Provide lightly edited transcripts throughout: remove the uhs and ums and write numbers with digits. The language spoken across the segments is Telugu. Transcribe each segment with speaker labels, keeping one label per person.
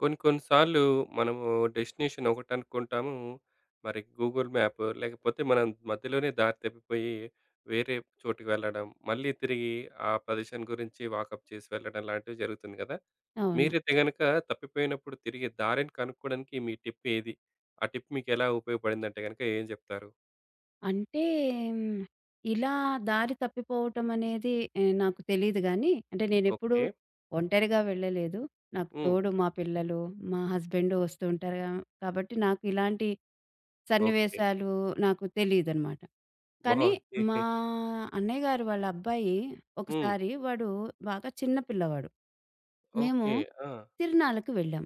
Speaker 1: కొన్ని కొన్ని సార్లు మనము డెస్టినేషన్ ఒకటి అనుకుంటాము. మరి గూగుల్ మ్యాప్ లేకపోతే మనం మధ్యలోనే దారి తప్పిపోయి వేరే చోటుకి వెళ్ళడం, మళ్ళీ తిరిగి ఆ ప్రదేశం గురించి వాకప్ చేసి వెళ్ళడం లాంటివి జరుగుతుంది కదా!
Speaker 2: అవును.
Speaker 1: మీరైతే గనక తప్పిపోయినప్పుడు తిరిగి దారిని కనుక్కోవడానికి మీ టిప్ ఏది? ఆ టిప్ మీకు ఎలా ఉపయోగపడిందంటే గనక ఏం చెప్తారు?
Speaker 2: అంటే హ్మ్, ఇలా దారి తప్పిపోవటం అనేది నాకు తెలీదు గానీ, అంటే నేనెప్పుడూ
Speaker 1: ఓకే.
Speaker 2: ఒంటరిగా వెళ్ళలేదు. నాకు
Speaker 1: హ్మ్.
Speaker 2: తోడు మా పిల్లలు, మా హస్బెండ్ వస్తూ ఉంటారు గా, కాబట్టి నాకు ఇలాంటి
Speaker 1: ఓకే.
Speaker 2: సన్నివేశాలు నాకు తెలీదనమాట. కానీ
Speaker 1: బావుంది.
Speaker 2: మా అన్నయ్య గారు వాళ్ళ అబ్బాయి
Speaker 1: హ్మ్.
Speaker 2: ఒకసారి వాడు బాగా చిన్న పిల్లవాడు. మేము
Speaker 1: ఓకే. ఆ!
Speaker 2: తిరణాలకు వెళ్ళాం.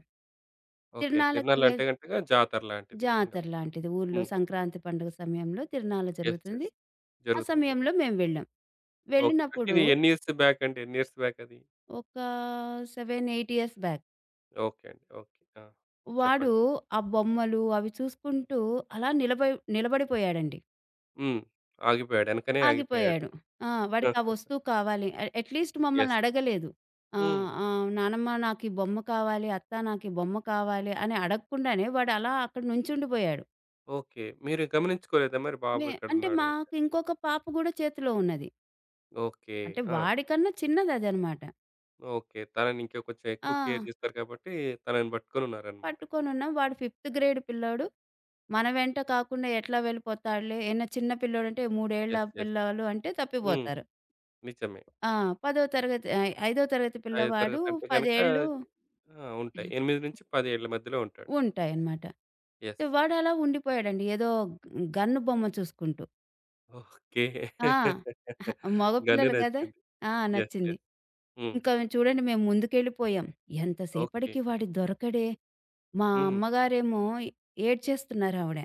Speaker 1: ఓకే.
Speaker 2: తిరణాలకి
Speaker 1: తిరునాళ్ళంటే
Speaker 2: వెళ్
Speaker 1: గనక జాతర లాంటిది ఇంగ.
Speaker 2: జాతర లాంటిది. ఊర్లో
Speaker 1: హ్మ్.
Speaker 2: సంక్రాంతి పండుగ సమయంలో తిరునాళ్ళ
Speaker 1: యెస్.
Speaker 2: జరుగుతుంది.
Speaker 1: యెస్.
Speaker 2: ఆ
Speaker 1: జరుగుతుంది.
Speaker 2: సమయంలో మేము వెళ్ళాం.
Speaker 1: ఓకే. అంటే
Speaker 2: వెళ్ళినప్పుడు
Speaker 1: ఇది ఎన్ని ఇయర్స్ బ్యాక్ అండి? ఎన్ని ఇయర్స్ బ్యాక్ అది?
Speaker 2: ఒక 7, 8 ఇయర్స్ బ్యాక్.
Speaker 1: ఓకే అండి. ఓకే. ఆ!
Speaker 2: వాడు
Speaker 1: చెప్పండి.
Speaker 2: ఆ బొమ్మలు అవి చూసుకుంటూ అలా నిలబడిపోయాడండి.
Speaker 1: హ్మ్. ఆగిపోయాడు. వెనకనే ఆగిపోయాడు.
Speaker 2: ఆగిపోయాడు. ఆ! వాడికి ఆ వస్తువు కావాలి. అట్‌లీస్ట్ మమ్మల్ని
Speaker 1: యెస్.
Speaker 2: అడగలేదు.
Speaker 1: హ్మ్.
Speaker 2: ఆహ్, ఆహ్, "నానమ్మ నాకు ఈ బొమ్మ కావాలి. అత్త నాకు ఈ బొమ్మ కావాలి" అని అడగకుండానే వాడు అలా అక్కడ నుంచుండిపోయాడు.
Speaker 1: ఓకే. మీరు గమనించుకోలేదా మరి బాబు
Speaker 2: అంటే
Speaker 1: ఎక్కడున్నాడు?
Speaker 2: మాకు ఇంకొక పాప గూడా చేతిలో ఉన్నది.
Speaker 1: ఓకే.
Speaker 2: అంటే
Speaker 1: ఆ!
Speaker 2: వాడికన్నా చిన్నదదనమాట.
Speaker 1: ఓకే. తనని ఇంకా కొంచెం
Speaker 2: ఆ!
Speaker 1: ఎక్కువ కేర్ చేస్తారు కాబట్టి తనని పట్టుకొని ఉన్నారన్నమాట.
Speaker 2: పట్టుకొనున్నాం. వాడు ఫిఫ్త్ గ్రేడ్ పిల్లోడు. మన వెంట కాకుండా ఎట్లా వెళ్ళిపోతాడులే, ఏన్నా చిన్న పిల్లోడంటే 3 ఏళ్ల
Speaker 1: యెస్. యెస్.
Speaker 2: పిల్లోలు అంటే
Speaker 1: హ్మ్.
Speaker 2: తప్పిపోతారు.
Speaker 1: నిజమే.
Speaker 2: ఆ! పదో తరగతి ఐదో తరగతి
Speaker 1: 5
Speaker 2: పిల్లవాడు
Speaker 1: తరగతి అంటే
Speaker 2: 10
Speaker 1: గనుక
Speaker 2: ఏళ్ళు
Speaker 1: ఆ! ఉంటాయి. 8-10 ఏళ్ల మధ్యలో ఉంటాడు.
Speaker 2: ఉంటాయనమాట.
Speaker 1: యెస్.
Speaker 2: వాడలా ఉండిపోయాడండి. ఏదో గన్ను బొమ్మ చూసుకుంటూ.
Speaker 1: ఓకే.
Speaker 2: ఆ!
Speaker 1: గన్ను
Speaker 2: మగపిల్లలు కదా!
Speaker 1: నచ్చింది.
Speaker 2: ఆ!
Speaker 1: యెస్.
Speaker 2: నచ్చింది.
Speaker 1: యెస్. హ్మ్.
Speaker 2: ఇంకా చూడండి మేము ముందుకెళ్ళిపోయాం.
Speaker 1: ఓకే.
Speaker 2: ఎంతసేపటికి వాడు దొరకడే. మా
Speaker 1: హ్మ్.
Speaker 2: అమ్మగారేమో ఏడ్చేస్తున్నారావిడ.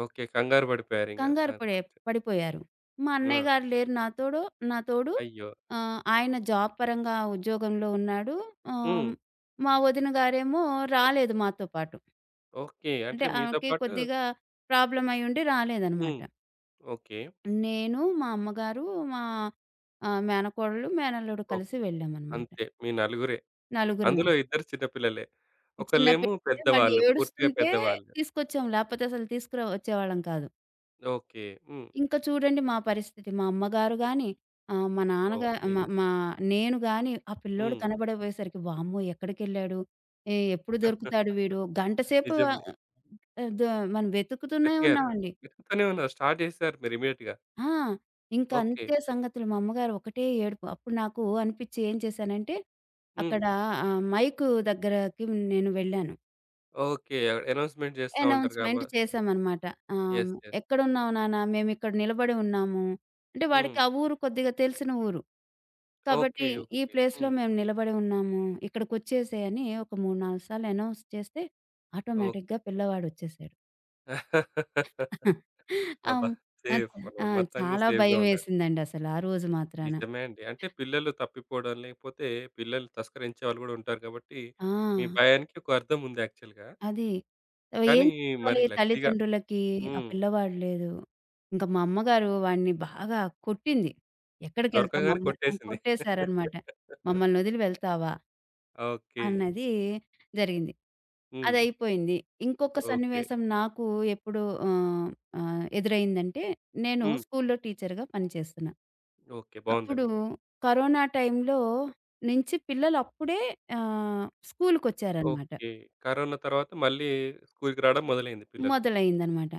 Speaker 1: ఓకే. కంగారు పడిపోయారింక
Speaker 2: కంగారు పడే
Speaker 1: ఫస్ట్.
Speaker 2: పడిపోయారు. మా
Speaker 1: ఆ!
Speaker 2: అన్నయ్య గారు లేరు నా తోడు నా తోడు.
Speaker 1: అయ్యో!
Speaker 2: ఆయన జాబ్ పరంగా ఉద్యోగంలో ఉన్నాడు.
Speaker 1: హ్మ్.
Speaker 2: ఆహ్, మా వదిన గారేమో రాలేదు మాతో పాటు.
Speaker 1: ఓకే. అంటే
Speaker 2: అంటే
Speaker 1: మీతో
Speaker 2: ఆమెకి
Speaker 1: పాటు
Speaker 2: కొద్దిగా ప్రాబ్లమ్ అయ్యుండి రాలేదనమాట.
Speaker 1: హ్మ్. ఓకే.
Speaker 2: నేను, మా అమ్మగారు, మా మేనకోడలు, మేనల్లుడు కలిసి
Speaker 1: ఓకే.
Speaker 2: వెళ్ళామనమాట.
Speaker 1: అంతే. మీ నలుగురే.
Speaker 2: నలుగురమే.
Speaker 1: అందులో ఇద్దరు చిన్న పిల్లలే.
Speaker 2: చిన్న
Speaker 1: ఒకళ్ళేమో
Speaker 2: పిల్లే వాళ్ళు
Speaker 1: పెద్దవాళ్ళు. పూర్తిగా
Speaker 2: ఏడుస్తుంటే
Speaker 1: పెద్దవాళ్ళు.
Speaker 2: తీసుకొచ్చాం. లేపోతే అసలు తీసుకురా వచ్చేవాళ్ళం కాదు.
Speaker 1: ఓకే. హ్మ్.
Speaker 2: ఇంకా చూడండి మా పరిస్థితి. మా అమ్మగారు గాని, ఆహ్, మా నాన్నగా
Speaker 1: ఓకే.
Speaker 2: మా మా నేను గాని ఆ పిల్లోడు
Speaker 1: హ్మ్.
Speaker 2: కనబడబోయేసరికి వామ్మో! ఎక్కడికెళ్ళాడు? ఎప్పుడు దొరుకుతాడు వీడు? గంట సేపు
Speaker 1: నిజమే.
Speaker 2: ఆహ్, ద మనం వెతుకుతూనే
Speaker 1: వెతికారా?
Speaker 2: ఉన్నామండి.
Speaker 1: వెతుకుతూనే ఉన్నారు. స్టార్ట్ చేసారు మీరు ఇమ్మీడియేట్‌గా.
Speaker 2: ఆ! ఇంకా
Speaker 1: ఓకే.
Speaker 2: అంతే సంగతులు. మా అమ్మగారు ఒకటే ఏడుపు. అప్పుడు నాకు అనిపిచ్చి ఏం చేశానంటే,
Speaker 1: హ్మ్.
Speaker 2: అక్కడ మైకు దగ్గరకి నేను వెళ్ళాను.
Speaker 1: ఓకే. అనౌన్స్‌మెంట్ చేస్తా ఉంటారు కాబ
Speaker 2: అనౌన్స్‌మెంట్ చేశామనమాట. ఆహ్,
Speaker 1: యెస్. యెస్.
Speaker 2: "ఎక్కడున్నావు నాన్న? మేమిక్కడ నిలబడి ఉన్నాము." అంటే
Speaker 1: హ్మ్.
Speaker 2: వాడికి ఆ ఊరు కొద్దిగా తెలిసిన ఊరు.
Speaker 1: ఓకే.
Speaker 2: కాబట్టి ఈ
Speaker 1: ఓకే.
Speaker 2: ప్లేస్‌లో
Speaker 1: హ్మ్.
Speaker 2: మేము నిలబడి ఉన్నాము. ఇక్కడికొచ్చేసేయ్ అని ఒక 3, 4 సార్లు అనౌన్స్ చేస్తే
Speaker 1: ఓకే.
Speaker 2: ఆటోమేటిక్‌గా పిల్లవాడొచ్చేసాడు.
Speaker 1: అబ్బా!
Speaker 2: ఆహ్, ఆహ్, చ
Speaker 1: సేఫ్
Speaker 2: ఆ!
Speaker 1: వాడు మొత్తానికి
Speaker 2: చాలా
Speaker 1: సేఫ్‌గా ఉన్నాడు.
Speaker 2: భయమేసిందండి అసలు ఆ రోజు మాత్రాన.
Speaker 1: నిజమే అండి. అంటే పిల్లలు తప్పిపోవడం, లేకపోతే పిల్లలు తస్కరించే వాళ్ళు గూడా ఉంటారు కాబట్టి,
Speaker 2: ఆ!
Speaker 1: మీ భయానికి ఒక అర్థం ఉంది యాక్చువల్‌గా.
Speaker 2: అది. ఏం
Speaker 1: కానీ మరి
Speaker 2: చెప్పాలి
Speaker 1: లక్కీగా
Speaker 2: తల్లిదండ్రులకి? ఆ
Speaker 1: హ్మ్.
Speaker 2: పిల్లవాడు లేదు. ఇంక మా అమ్మగారు వాడిని బాగా కొట్టింది. ఎక్కడికెళ్తావు
Speaker 1: దొరకగానే
Speaker 2: మమ్మ
Speaker 1: కొట్టేసింది.
Speaker 2: కొట్టేశారనమాట. మమ్మల్ని వదిలి వెళ్తావా?
Speaker 1: ఓకే.
Speaker 2: అన్నది జరిగింది.
Speaker 1: హ్మ్.
Speaker 2: అదయిపోయింది. ఇంకొక
Speaker 1: ఓకే.
Speaker 2: సన్నివేశం నాకు ఎప్పుడు ఆహ్, ఆహ్, ఎదురైందంటే, నేను
Speaker 1: హ్మ్.
Speaker 2: స్కూల్‌లో టీచర్‌గా పనిచేస్తున్నా.
Speaker 1: ఓకే.
Speaker 2: అప్పుడు
Speaker 1: బావుందండి.
Speaker 2: కరోనా టైంలో నుంచి పిల్లలు అప్పుడే స్కూలుకొచ్చారనమాట.
Speaker 1: ఓకే. కరోనా తర్వాత మళ్ళీ స్కూల్‌కి రావడం మొదలైంది పిల్లలు.
Speaker 2: మొదలైందనమాట.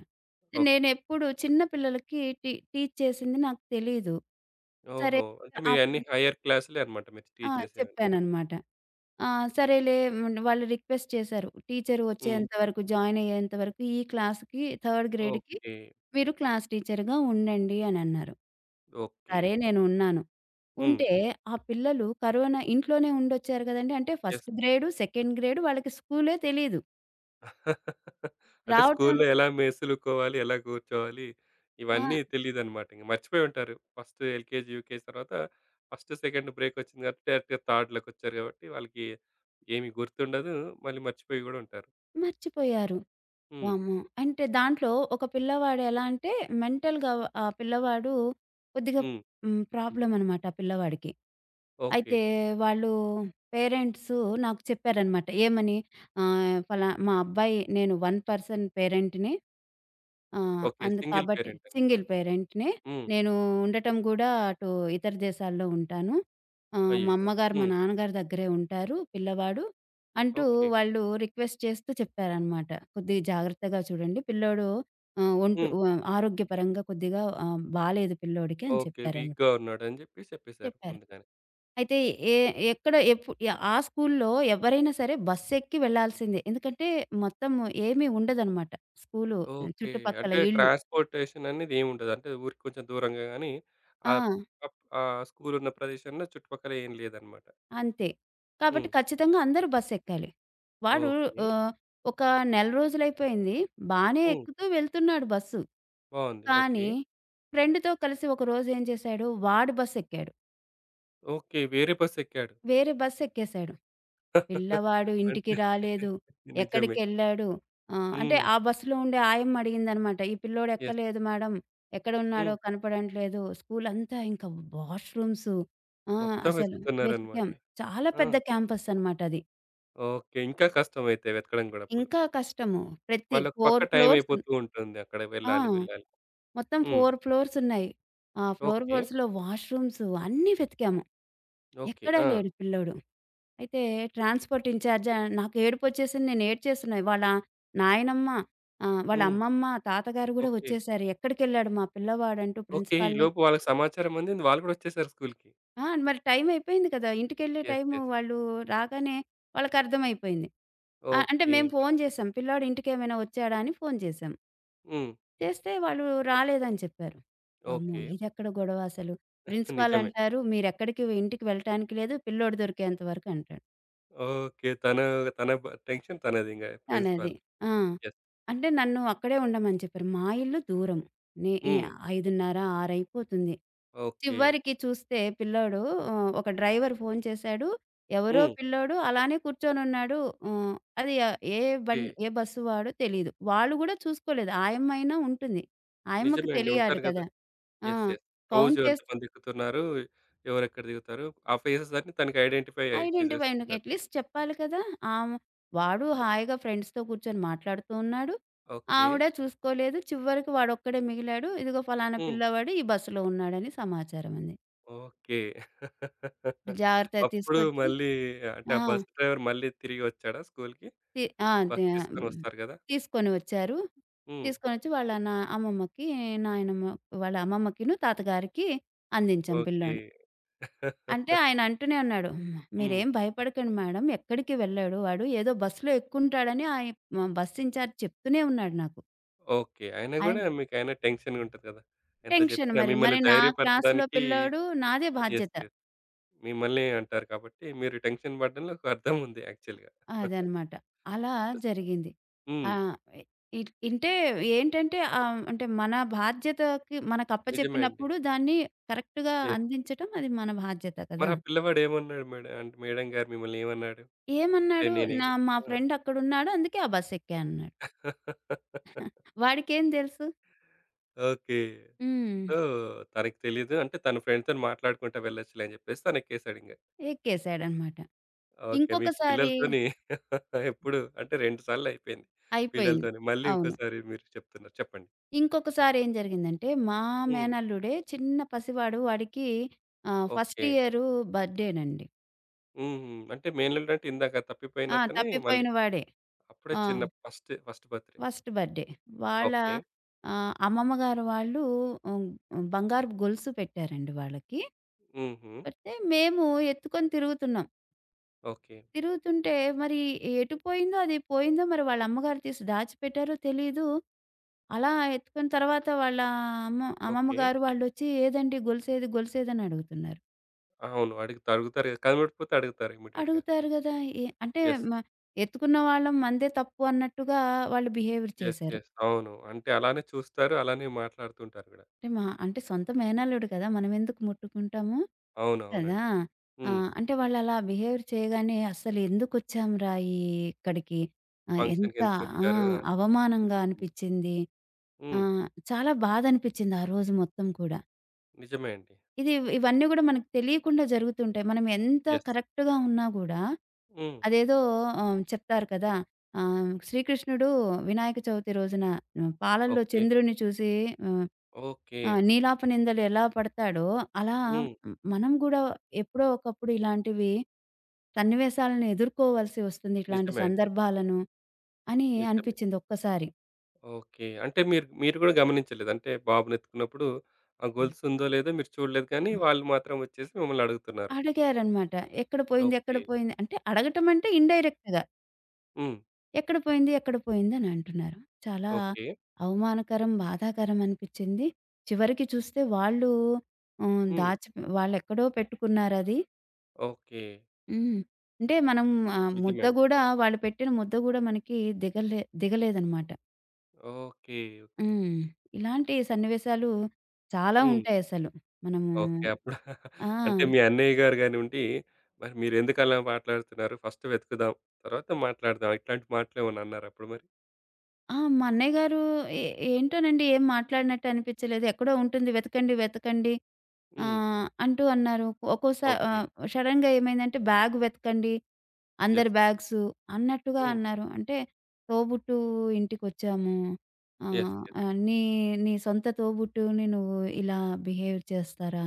Speaker 1: ఓకే.
Speaker 2: నేనెప్పుడు చిన్న పిల్లలకి టీచ్ చేసింది నాకు తెలీదు. సరే
Speaker 1: ఓహో! అంటే
Speaker 2: ఆ!
Speaker 1: మీరన్ని హైయర్ క్లాసులే అన్నమాట మీరు
Speaker 2: ఆ!
Speaker 1: టీచ్ చేసేవి.
Speaker 2: చెప్పాననమాట. ఆ! సరేలే. వాళ్ళు రిక్వెస్ట్ చేశారు. టీచర్
Speaker 1: హ్మ్.
Speaker 2: వచ్చేంత వరకు, జాయిన్ అయ్యేంత వరకు ఈ క్లాస్‌కి, థర్డ్ గ్రేడ్‌కి
Speaker 1: ఓకే.
Speaker 2: మీరు క్లాస్ టీచర్‌గా ఉండండి అనన్నారు.
Speaker 1: ఓకే.
Speaker 2: సరే నేను ఉన్నాను.
Speaker 1: హ్మ్.
Speaker 2: ఉంటే ఆ పిల్లలు కరోనా ఇంట్లోనే ఉండొచ్చారు కదండీ. అంటే
Speaker 1: yes.
Speaker 2: First grade, second grade వాళ్ళకి స్కూలే తెలీదు.
Speaker 1: అంటే
Speaker 2: రావటం
Speaker 1: స్కూల్‌లో
Speaker 2: ర-
Speaker 1: ఎలా మేసులుకోవాలి, ఎలా కూర్చోవాలి
Speaker 2: ఆ!
Speaker 1: ఇవన్నీ తెలీదనమాట. ఇంక మర్చిపోయుంటారు. ఫస్ట్ ఎల్‌కేజీ, యూకేజీ తర్వాత ఫస్ట్, సెకండ్ బ్రేకొచ్చింది కాబట్టి డైరెక్ట్‌గా థర్డ్‌లోకొచ్చారు కాబట్టి వాళ్ళకి ఏమి గుర్తుండదు. మళ్ళీ మర్చిపోయి గూడా ఉంటారు.
Speaker 2: మర్చిపోయారు.
Speaker 1: హ్మ్.
Speaker 2: వామ్మో! అంటే దాంట్లో ఒక పిల్లవాడు ఎలా అంటే మెంటల్‌గా ఆ పిల్లవాడు కొద్దిగా
Speaker 1: హ్మ్.
Speaker 2: ప్రాబ్లమ్ అనమాట ఆ పిల్లవాడికి.
Speaker 1: ఓకే.
Speaker 2: అయితే వాళ్ళు పేరెంట్సు నాకు చెప్పారనమాట. ఏమని ఆహ్, ఫలా మా అబ్బాయి నేను 1 పర్సన్ పేరెంట్‌ని. ఆ!
Speaker 1: ఓకే.
Speaker 2: అందు
Speaker 1: సింగిల్
Speaker 2: కాబట్టి
Speaker 1: పేరెంట్ అన్నమాట.
Speaker 2: సింగిల్ పేరెంట్‌నే.
Speaker 1: హ్మ్.
Speaker 2: నేను ఉండటం గూడా అటు ఇతర దేశాల్లో ఉంటాను. మా
Speaker 1: అయ్యయ్యో!
Speaker 2: అమ్మగారు, మా
Speaker 1: హ్మ్.
Speaker 2: నాన్నగారి దగ్గరే ఉంటారు పిల్లవాడు. అంటూ
Speaker 1: ఓకే.
Speaker 2: వాళ్ళు రిక్వెస్ట్ చేస్తూ చెప్పారనమాట. కొద్దిగా జాగ్రత్తగా చూడండి పిల్లోడు ఆహ్, ఒంటు
Speaker 1: హ్మ్.
Speaker 2: వ ఆరోగ్యపరంగా కొద్దిగా బాలేదు పిల్లోడికి అని
Speaker 1: ఓకే.
Speaker 2: చెప్పారనమాట.
Speaker 1: వీక్‌గా ఉన్నాడని జెప్పి చెప్పేసారు
Speaker 2: చెప్పారు.
Speaker 1: ముందుగానే.
Speaker 2: అయితే ఏ ఎక్కడ ఎప్పు ఆ స్కూల్లో ఎవరైనా సరే బస్సెక్కి వెళ్ళాల్సిందే. ఎందుకంటే మొత్తం ఏమీ ఉండదనమాట. School
Speaker 1: okay.
Speaker 2: చుట్టుపక్కల
Speaker 1: అంటే
Speaker 2: ఇళ్ళు.
Speaker 1: ట్రాన్స్‌పోర్టేషన్ అనేది ఏముండదు. అంటే ఊరికి కొంచెం దూరంగా గాని
Speaker 2: ఆ!
Speaker 1: ఆహ్, అప్ ఆ స్కూల్ ఉన్న ప్రదేశంలో చుట్టుపక్కల ఏం లేదనమాట.
Speaker 2: అంతే. కాబట్టి
Speaker 1: హ్మ్.
Speaker 2: ఖచ్చితంగా అందరూ బస్సెక్కాలి. వాడు
Speaker 1: ఓకే.
Speaker 2: ఆహ్, ఒక నెల రోజులైపోయింది. బానే
Speaker 1: హ్మ్.
Speaker 2: ఎక్కుతూ వెళ్తున్నాడు బస్సు.
Speaker 1: బావుంది. ఓకే.
Speaker 2: కానీ ఫ్రెండ్‌తో కలిసి ఒకరోజు ఏం చేశాడు, వాడు బస్సెక్కాడు.
Speaker 1: ఓకే. వేరే బస్ ఎక్కాడు.
Speaker 2: వేరే బస్సెక్కేశాడు. పిల్లవాడు ఇంటికి
Speaker 1: అంటే
Speaker 2: రాలేదు.
Speaker 1: నిజమే.
Speaker 2: ఎక్కడికెళ్ళాడు అంటే
Speaker 1: హ్మ్.
Speaker 2: ఆ బస్సులో ఉండే ఆయమ్మ అడిగిందనమాట. "ఈ పిల్లోడు
Speaker 1: యెస్.
Speaker 2: ఎక్కలేదు మేడం.
Speaker 1: హ్మ్.
Speaker 2: ఎక్కడున్నాడో కనపడట్లేదు." స్కూలంతా ఇంకా వాష్‌రూమ్స్ ఆ!
Speaker 1: మొత్తం
Speaker 2: అసలు
Speaker 1: వెతుకుతున్నారనమాట.
Speaker 2: వెతికాం. చాలా
Speaker 1: ఆ!
Speaker 2: పెద్ద క్యాంపస్ అనమాట అది.
Speaker 1: ఓకే. ఇంకా కష్టం అయితే వెతకడం గూడా అప్పుడు.
Speaker 2: ఇంకా కష్టము. ప్రతి
Speaker 1: మళ్ళొక పక్క
Speaker 2: 4
Speaker 1: టైం
Speaker 2: ఫ్లోర్స్
Speaker 1: అయిపోతూ ఉంటుంది. అక్కడ
Speaker 2: ఆ!
Speaker 1: వెళ్ళాలి, వెళ్ళాలి.
Speaker 2: మొత్తం
Speaker 1: హ్మ్.
Speaker 2: 4 ఫ్లోర్స్ ఉన్నాయి. ఆ ఫ్లోర్
Speaker 1: ఓకే.
Speaker 2: ఫోర్స్‌లో వాష్‌రూమ్స్ అన్నీ వెతికాము.
Speaker 1: ఓకే.
Speaker 2: ఎక్కడా
Speaker 1: ఆ!
Speaker 2: లేడు పిల్లోడు. అయితే ట్రాన్స్‌పోర్ట్ ఇన్‌చార్జ్ నాకు ఏడుపొచ్చేసింది. నేను ఏడ్చేస్తున్నా. వాళ్ళ నాయనమ్మ, వాళ్ళ
Speaker 1: హ్మ్.
Speaker 2: అమ్మమ్మ, తాతగారు గూడా
Speaker 1: ఓకే.
Speaker 2: వచ్చేసారు. "ఎక్కడికెళ్ళాడు మా పిల్లవాడు?" అంటూ
Speaker 1: ఓకే.
Speaker 2: ప్రిన్సిపాల్‌ని
Speaker 1: ఈలోపు వాళ్ళకి సమాచారం అందింది. వాళ్ళు గూడా వచ్చేసారు స్కూల్‌కి.
Speaker 2: ఆ! మరి టైం అయిపోయింది కదా! ఇంటికెళ్ళే
Speaker 1: యెస్.
Speaker 2: Time
Speaker 1: yes.
Speaker 2: వాళ్ళు రాగానే వాళ్ళకర్థమైపోయింది. అంటే
Speaker 1: ఓకే.
Speaker 2: మేము ఫోను చేసాం. పిల్లాడు ఇంటికేమైనా వచ్చాడా అని ఫోను చేసాం.
Speaker 1: హ్మ్.
Speaker 2: చేస్తే వాళ్ళు రాలేదని చెప్పారు. వామ్మో!
Speaker 1: ఓకే.
Speaker 2: ఇదెక్కడ గొడవ అసలు. ప్రిన్సిపాల్
Speaker 1: నిజమే.
Speaker 2: అంటారు మీరెక్కడికి ఇంటికి వెళ్ళటానికి లేదు. పిల్లోడు దొరికేంత వరకు అంటాడు.
Speaker 1: ఓకే. తన తన బ టెన్షన్ తనదింగ
Speaker 2: అనేది.
Speaker 1: ప్రిన్సిపాల్‌ది.
Speaker 2: ఆ!
Speaker 1: యెస్.
Speaker 2: అంటే నన్ను అక్కడే ఉండమని చెప్పారు. మా ఇల్లు దూరం. నే ఎ
Speaker 1: హ్మ్.
Speaker 2: 5:30, 6 అయిపోతుంది.
Speaker 1: ఓకే.
Speaker 2: చివరికి చూస్తే పిల్లోడు ఒక డ్రైవర్ ఫోను చేశాడు. ఎవరో
Speaker 1: హ్మ్.
Speaker 2: పిల్లోడు అలానే కూర్చొనున్నాడు. హ్మ్. అది ఆహ్, ఏ
Speaker 1: ఓకే.
Speaker 2: బన్ ఏ బస్సు వాడో తెలీదు. వాళ్ళు గూడా చూసుకోలేదు. ఆయమ్మైనా ఉంటుంది. ఆయమ్మకి
Speaker 1: నిజమే అండి.
Speaker 2: తెలియాలి
Speaker 1: ఉంటారు గదా!
Speaker 2: కదా! ఆ!
Speaker 1: యెస్. యెస్. రోజు
Speaker 2: కౌంట్ చేసి
Speaker 1: ఎంతమంది ఎక్కుతున్నారు, ఎవరెక్కడ దిగుతారు, ఆ ఫేసెస్ అన్నీ తనకి ఐడెంటిఫై
Speaker 2: ఐడెంటిఫై
Speaker 1: చేసేసుకుంటారు.
Speaker 2: అట్‌లీస్ట్ చెప్పాలి కదా! ఆమ వాడు హాయిగా ఫ్రెండ్స్‌తో కూర్చొని మాట్లాడుతూ ఉన్నాడు.
Speaker 1: ఓకే.
Speaker 2: ఆవిడ చూసుకోలేదు. చివరికి వాడొక్కడే మిగిలాడు. ఇదిగో ఫలానా
Speaker 1: హ్మ్.
Speaker 2: పిల్లవాడు ఈ బస్సులో ఉన్నాడని సమాచారం అంది.
Speaker 1: ఓకే.
Speaker 2: జాగ్రత్తగా
Speaker 1: అప్పుడు
Speaker 2: తీసుకొచ్చి
Speaker 1: మళ్ళీ అంటే ఆ
Speaker 2: ఆ!
Speaker 1: బస్ డ్రైవర్ మళ్ళీ తిరిగొచ్చాడా స్కూల్‌కి?
Speaker 2: తి ఆ! తే
Speaker 1: బస్ తీసుకొని
Speaker 2: హ్మ్.
Speaker 1: వస్తారు గదా!
Speaker 2: తీసుకొని వచ్చారు.
Speaker 1: హ్మ్.
Speaker 2: తీసుకొనొచ్చి వాళ్ళ అమ్మమ్మకి, నాయనమ్మ వాళ్ళ అమ్మమ్మకిను, తాతగారికి అందించాం
Speaker 1: ఓకే.
Speaker 2: పిల్లోడిని. అంటే ఆయన అంటూనే ఉన్నాడు,
Speaker 1: హ్మ్.
Speaker 2: "మీరేం భయపడకండి మేడం ఎక్కడికి వెళ్ళాడు వాడు. ఏదో బస్సులో ఎక్కుంటాడని" మా బస్ ఇన్‌చార్జ్ చెప్తూనే ఉన్నాడు నాకు.
Speaker 1: ఓకే. అయినా గూడా
Speaker 2: ఆయన
Speaker 1: మీకైనా టెన్షన్‌గా ఉంటది గదా! ఎంత
Speaker 2: టెన్షన్
Speaker 1: జెప్పినా
Speaker 2: మరి.
Speaker 1: మిమ్మల్ని
Speaker 2: మరి నా క్లాస్‌లో
Speaker 1: ధైర్యపరచడానికి
Speaker 2: పిల్లోడు నాదే
Speaker 1: యెస్.
Speaker 2: బాధ్యత.
Speaker 1: యెస్. మిమ్మల్నే అంటారు కాబట్టి మీరు టెన్షన్ పడడంలో ఒక అర్థం ఉంది యాక్చువల్‌గా. యెస్. హ్మ్.
Speaker 2: అదనమాట. అలా జరిగింది. ఆహ్, ఇట్ ఇంటే ఏంటంటే అంటే మన బాధ్యతకి
Speaker 1: నిజమే అండి.
Speaker 2: మనకప్పచెప్పినప్పుడు దాన్ని కరెక్ట్‌గా
Speaker 1: యెస్.
Speaker 2: అందించటం అది మన బాధ్యత
Speaker 1: మరి
Speaker 2: కదా!
Speaker 1: ఆ పిల్లవాడు ఏమన్నాడు మేడం గారు మిమ్మల్ని ఏమన్నాడు? అంటే
Speaker 2: ఏమన్నాడు
Speaker 1: నేనే
Speaker 2: మా
Speaker 1: ఆ!
Speaker 2: ఫ్రెండ్ అక్కడున్నాడు అందుకే ఆ బస్ ఎక్కా అన్నాడు. వాడికేం తెలుసు?
Speaker 1: ఓకే.
Speaker 2: హ్మ్.
Speaker 1: సో, తనకి తెలీదు. అంటే తన ఫ్రెండ్‌తోని మాట్లాడుకుంటా వెళ్ళొచ్చులే అని జెప్పేసి తనెక్కేసాడింగ.
Speaker 2: ఎక్కేసాడనమాట.
Speaker 1: ఓకే. మీకు
Speaker 2: ఇంకొకసారి
Speaker 1: పిల్లలతోని ఎప్పుడు అంటే 2 సార్లయిపోయింది
Speaker 2: అయిపోయింది.
Speaker 1: పిల్లలతోని. మళ్ళీ
Speaker 2: అవును.
Speaker 1: ఇంకోసారి మీరు చెప్తున్నారు. చెప్పండి.
Speaker 2: ఇంకొకసారి ఏం జరిగిందంటే మా
Speaker 1: హ్మ్.
Speaker 2: మేనల్లుడే చిన్న పసివాడు వాడికి ఫస్ట్
Speaker 1: ఓకే.
Speaker 2: ఇయరు బర్త్‌డేనండి.
Speaker 1: హ్మ్. హ్మ్. అంటే మేనల్లుడంటే ఇందాక తప్పిపోయిన
Speaker 2: ఆ!
Speaker 1: అతనే మళ్ళీ
Speaker 2: తప్పిపోయిన వాడే.
Speaker 1: అప్పుడే
Speaker 2: ఆ!
Speaker 1: చిన్న ఫస్ట్ బర్త్‌డే.
Speaker 2: First birthday. వాళ్ళ
Speaker 1: ఓకే.
Speaker 2: అమ్మమ్మ గారు వాళ్ళు హ్మ్, బంగారపు గొలుసు పెట్టారండి వాళ్ళకి.
Speaker 1: హుహు.
Speaker 2: పెడితే మేము ఎత్తుకొని తిరుగుతున్నాం.
Speaker 1: ఓకే.
Speaker 2: తిరుగుతుంటే మరి ఎటు పోయిందో అది పోయిందో మరి వాళ్ళ అమ్మగారు తీసి దాచిపెట్టారో తెలీదు. అలా ఎత్తుకున్న తర్వాత వాళ్ళ అమ్మ అమ్మమ్మ
Speaker 1: ఓకే.
Speaker 2: గారు వాళ్ళొచ్చి "ఏదండి గొలుసేది? గొలుసేదని" అడుగుతున్నారు.
Speaker 1: అవును. అడుగుతారు కదా! కనబడిపోతే అడుగుతారు ఇమ్మీడియేట్‌గా.
Speaker 2: అడుగుతారు గదా! ఎ అంటే
Speaker 1: యెస్.
Speaker 2: మ ఎత్తుకున్న వాళ్ళం మనదే తప్పు అన్నట్టుగా వాళ్ళు బిహేవియర్
Speaker 1: యెస్.
Speaker 2: చేశారు.
Speaker 1: యెస్. అవును. అంటే అలానే చూస్తారు. అలానే మాట్లాడుతుంటారు గూడా.
Speaker 2: అంటే మా అంటే సొంత మేనల్లుడు కదా! మనమెందుకు ముట్టుకుంటాము? కదా!
Speaker 1: అవునవునండి.
Speaker 2: ఆ!
Speaker 1: హ్మ్.
Speaker 2: అంటే వాళ్ళలా బిహేవియర్ చేయగానే అస్సలెందుకొచ్చాంరా ఈ ఇక్కడికి? ఆహ్, ఎంత ఆ!
Speaker 1: ఫంక్షన్‌కెందుకొచ్చారు?
Speaker 2: అవమానంగా అనిపిచ్చింది. ఆ!
Speaker 1: హ్మ్.
Speaker 2: చాలా బాధనిపిచ్చింది ఆ రోజు మొత్తం కూడా.
Speaker 1: నిజమే అండి.
Speaker 2: ఇది ఇవన్నీ గూడా మనకు తెలియకుండా జరుగుతుంటాయి. మనం ఎంత
Speaker 1: యెస్.
Speaker 2: కరెక్ట్‌గా ఉన్నా గూడా,
Speaker 1: హ్మ్.
Speaker 2: అదేదో చెప్తారు కదా! శ్రీకృష్ణుడు వినాయక చవితి రోజున పాలల్లో
Speaker 1: ఓకే.
Speaker 2: చంద్రుడిని చూసి హ్మ్,
Speaker 1: ఓకే.
Speaker 2: నీలాప నిందలు ఎలా పడతాడో, అలా
Speaker 1: హ్మ్.
Speaker 2: మనం గూడా ఎప్పుడో ఒకప్పుడు ఇలాంటివి సన్నివేశాలను ఎదుర్కోవాల్సి వస్తుంది. ఇట్లాంటి
Speaker 1: నిజమే అండి.
Speaker 2: సందర్భాలను అని
Speaker 1: నిజమే.
Speaker 2: అనిపిచ్చింది ఒక్కసారి.
Speaker 1: ఓకే. అంటే మీరు మీరు గూడా గమనించలేదు. అంటే బాబునెత్తుకున్నప్పుడు ఆ గొలుసుందో లేదో మీరు చూడలేదు కానీ, వాళ్ళు మాత్రం వచ్చేసి మిమ్మల్ని అడుగుతున్నారు.
Speaker 2: అడిగారనమాట. "ఎక్కడ పోయింది? ఎక్కడ
Speaker 1: ఓకే.
Speaker 2: పోయింది?" అంటే అడగటం అంటే ఇండైరెక్ట్‌గా.
Speaker 1: హ్మ్.
Speaker 2: ఎక్కడ పోయింది? ఎక్కడ పోయింది? అని అంటున్నారు. చాలా
Speaker 1: ఓకే.
Speaker 2: అవమానకరం, బాధాకరం అనిపిచ్చింది. చివరికి చూస్తే వాళ్ళు హ్మ్.
Speaker 1: హ్మ్.
Speaker 2: దాచి వాళ్ళెక్కడో పెట్టుకున్నారది.
Speaker 1: ఓకే.
Speaker 2: హ్మ్. అంటే మనం ఆహ్,
Speaker 1: నిజమే
Speaker 2: ముద్ద
Speaker 1: అండి.
Speaker 2: గూడా వాళ్ళు పెట్టిన ముద్ద గూడా మనకి దిగలేదనమాట.
Speaker 1: ఓకే. ఓకే.
Speaker 2: హ్మ్. ఇలాంటి సన్నివేశాలు చాలా
Speaker 1: హ్మ్.
Speaker 2: ఉంటాయసలు. మనము
Speaker 1: ఓకే. అప్పుడు
Speaker 2: ఆ!
Speaker 1: అంటే మీ అన్నయ్య గారు గానివ్వండి, మరి మీరెందుకలా మాట్లాడుతున్నారు? ఫస్ట్ వెతుకుదాం. తర్వాత మాట్లాడదాం. ఇట్లాంటి మాటలేమన్నా అన్నారా అప్పుడు మరి?
Speaker 2: ఆ! మా అన్నయ్య గారు ఏ ఏంటోనండి ఏం మాట్లాడినట్టు అనిపిచ్చలేదు. ఎక్కడో ఉంటుంది వెతకండి, వెతకండి ఆ!
Speaker 1: హ్మ్.
Speaker 2: అంటూ అన్నారు. ఒక్కోసా
Speaker 1: ఓకే.
Speaker 2: ఆహ్, సడెన్‌గా ఏమైందంటే, "బ్యాగ్ వెతకండి. అందరి
Speaker 1: యెస్.
Speaker 2: బ్యాగ్సు" అన్నట్టుగా
Speaker 1: హ్మ్.
Speaker 2: అన్నారు. అంటే తోబుట్టు ఇంటికొచ్చాము.
Speaker 1: యెస్.
Speaker 2: ఆహ్,
Speaker 1: యెస్.
Speaker 2: ఆహ్, "నీ నీ సొంత తోబుట్టువుని నువ్వు ఇలా బిహేవ్ చేస్తారా?"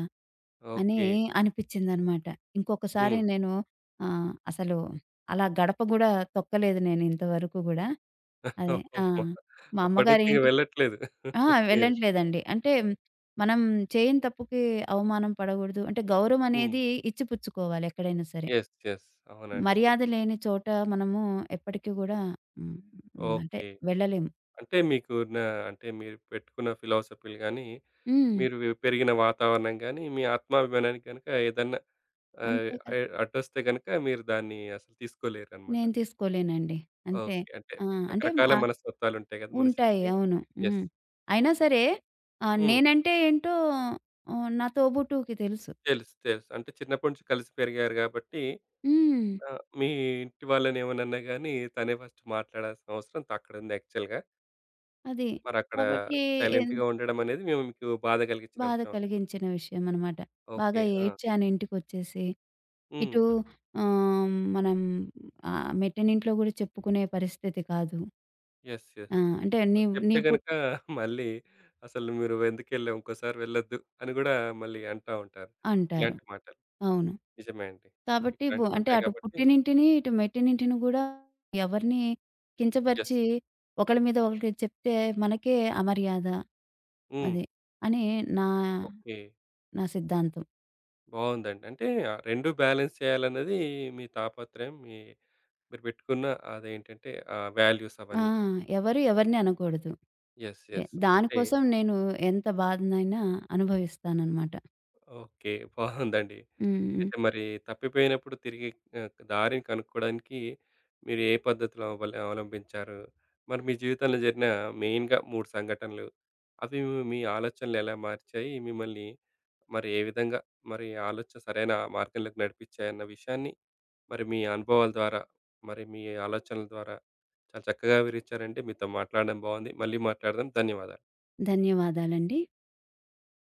Speaker 2: అని
Speaker 1: ఓకే.
Speaker 2: అనిపిచ్చిందనమాట. ఇంకొకసారి
Speaker 1: హ్మ్.
Speaker 2: నేను అసలు అలా గడప గూడా తొక్కలేదు నేను ఇంతవరకు గూడా. అదే. ఆ!
Speaker 1: అమ్మ!
Speaker 2: మా
Speaker 1: అప్పటి నుంచి
Speaker 2: అమ్మగారి
Speaker 1: ఇక
Speaker 2: ఇంటి
Speaker 1: వెళ్ళట్లేదు
Speaker 2: ఆ!
Speaker 1: మీరు.
Speaker 2: వెళ్ళట్లేదండి. అంటే మనం చేయని తప్పుకి అవమానం పడగూడదు. అంటే గౌరవం
Speaker 1: హ్మ్.
Speaker 2: అనేది ఇచ్చిపుచ్చుకోవాలి ఎక్కడైనా సరే.
Speaker 1: యెస్. యెస్. అవునండి.
Speaker 2: మర్యాద లేని చోట మనము ఎప్పటికి గూడా హ్మ్. హ్మ్. అంటే
Speaker 1: ఓకే.
Speaker 2: వెళ్ళలేము.
Speaker 1: అంటే మీకు నా అంటే మీరు పెట్టుకున్న ఫిలాసఫీలు గాని,
Speaker 2: హ్మ్.
Speaker 1: మీరు పెరిగిన వాతావరణం గాని, మీ ఆత్మాభిమానానికి గనుక ఏదన్నా ఆహ్,
Speaker 2: అంతే కదా!
Speaker 1: ఎ అడ్డొస్తే గనుక మీరు దాన్ని అసలు తీసుకోలేరన్నమాట.
Speaker 2: నేను తీసుకోలేనండి. అంతే.
Speaker 1: ఓకే. అంటే
Speaker 2: ఆ! అంటే
Speaker 1: రకరకాల
Speaker 2: ఆహ్,
Speaker 1: మనస్తత్వాలుంటాయి కదా
Speaker 2: ఉంటాయి.
Speaker 1: మనుషులకి.
Speaker 2: అవును.
Speaker 1: యెస్.
Speaker 2: హ్మ్. అయినా సరే
Speaker 1: హ్మ్.
Speaker 2: నేనంటే ఏంటో నా తోబుట్టువుకి తెలుసు.
Speaker 1: తెలుసు. తెలుసు. అంటే చిన్నప్పటి నుంచి కలిసి పెరిగారు కాబట్టి
Speaker 2: హ్మ్.
Speaker 1: ఆ! మీ ఇంటి వాళ్ళనేమనన్నా గాని తనే ఫస్ట్ మాట్లాడాల్సిన అవసరం అక్కడుంది యాక్చువల్‌గా.
Speaker 2: అది.
Speaker 1: మరక్కడ
Speaker 2: కాబట్టి ఎన్
Speaker 1: సైలెంట్‌గా ఉండడం అనేది మేము మీకు బాధ కలిగించిన
Speaker 2: బాధ
Speaker 1: అంశం అన్నమాట.
Speaker 2: కలిగించిన విషయమనమాట.
Speaker 1: ఓకే.
Speaker 2: బాగా
Speaker 1: ఆ!
Speaker 2: ఏడ్చాను ఇంటికొచ్చేసి.
Speaker 1: హ్మ్.
Speaker 2: ఇటు ఆహ్, మనం మెట్టనింట్లో గూడా చెప్పుకునే పరిస్థితి కాదు.
Speaker 1: యెస్.
Speaker 2: ఆ!
Speaker 1: యెస్.
Speaker 2: అంటే నీ నీ
Speaker 1: చెప్తే
Speaker 2: పుట్
Speaker 1: గనుక మళ్ళీ అసలు మీరు ఎందుకెళ్ళావు? ఇంకోసారి వెళ్ళొద్దు అని గూడా మళ్ళీ అంటా ఉంటారు.
Speaker 2: అంటారు.
Speaker 1: ఇలాంటి మాటలు.
Speaker 2: అవును.
Speaker 1: నిజమే అండి.
Speaker 2: కాబట్టి అంటే
Speaker 1: ఇట్లాంటివుంటాయి
Speaker 2: అటు
Speaker 1: కాబట్టి
Speaker 2: పుట్టినింటిని, ఇటు మెట్టినింటిని గూడా ఎవరిని
Speaker 1: యెస్.
Speaker 2: కించపరిచి ఒకళ్ళ మీద ఒకళ్ళకి చెప్తే మనకే అమర్యాద.
Speaker 1: హ్మ్.
Speaker 2: అది అని నా
Speaker 1: ఓకే.
Speaker 2: నా సిద్ధాంతం.
Speaker 1: బావుందండి. అంటే ఆ 2 బ్యాలెన్స్ చేయాలన్నది మీ తాపత్రయం. మీరు పెట్టుకున్న అదేంటంటే ఆ వాల్యూస్
Speaker 2: ఆ!
Speaker 1: అవన్నీ.
Speaker 2: ఎవరు ఎవరిని అనకూడదు.
Speaker 1: యెస్.
Speaker 2: అంటే
Speaker 1: యెస్. అంటే
Speaker 2: దానికోసం నేను ఎంత బాధనైనా అనుభవిస్తాననమాట.
Speaker 1: ఓకే. బాగుందండి.
Speaker 2: హ్మ్. హ్మ్.
Speaker 1: అయితే మరి తప్పిపోయినప్పుడు తిరిగి దారిని కనుక్కోవడానికి మీరు ఏ పద్ధతులు అవలంబించారు? మరి మీ జీవితంలో జరిగిన మెయిన్‌గా 3 సంఘటనలు అవి మీ మీ ఆలోచనలు ఎలా మార్చాయి? మిమ్మల్ని మరి ఏ విధంగా మరి ఆలోచన సరైన మార్గంలోకి నడిపించాయన్న విషయాన్ని మరి మీ అనుభవాల ద్వారా, మరి మీ ఆలోచనల ద్వారా చాలా చక్కగా వివరించారండి. మీతో మాట్లాడడం బాగుంది. మళ్ళీ మాట్లాడదాం. ధన్యవాదాలు.
Speaker 2: ధన్యవాదాలండి.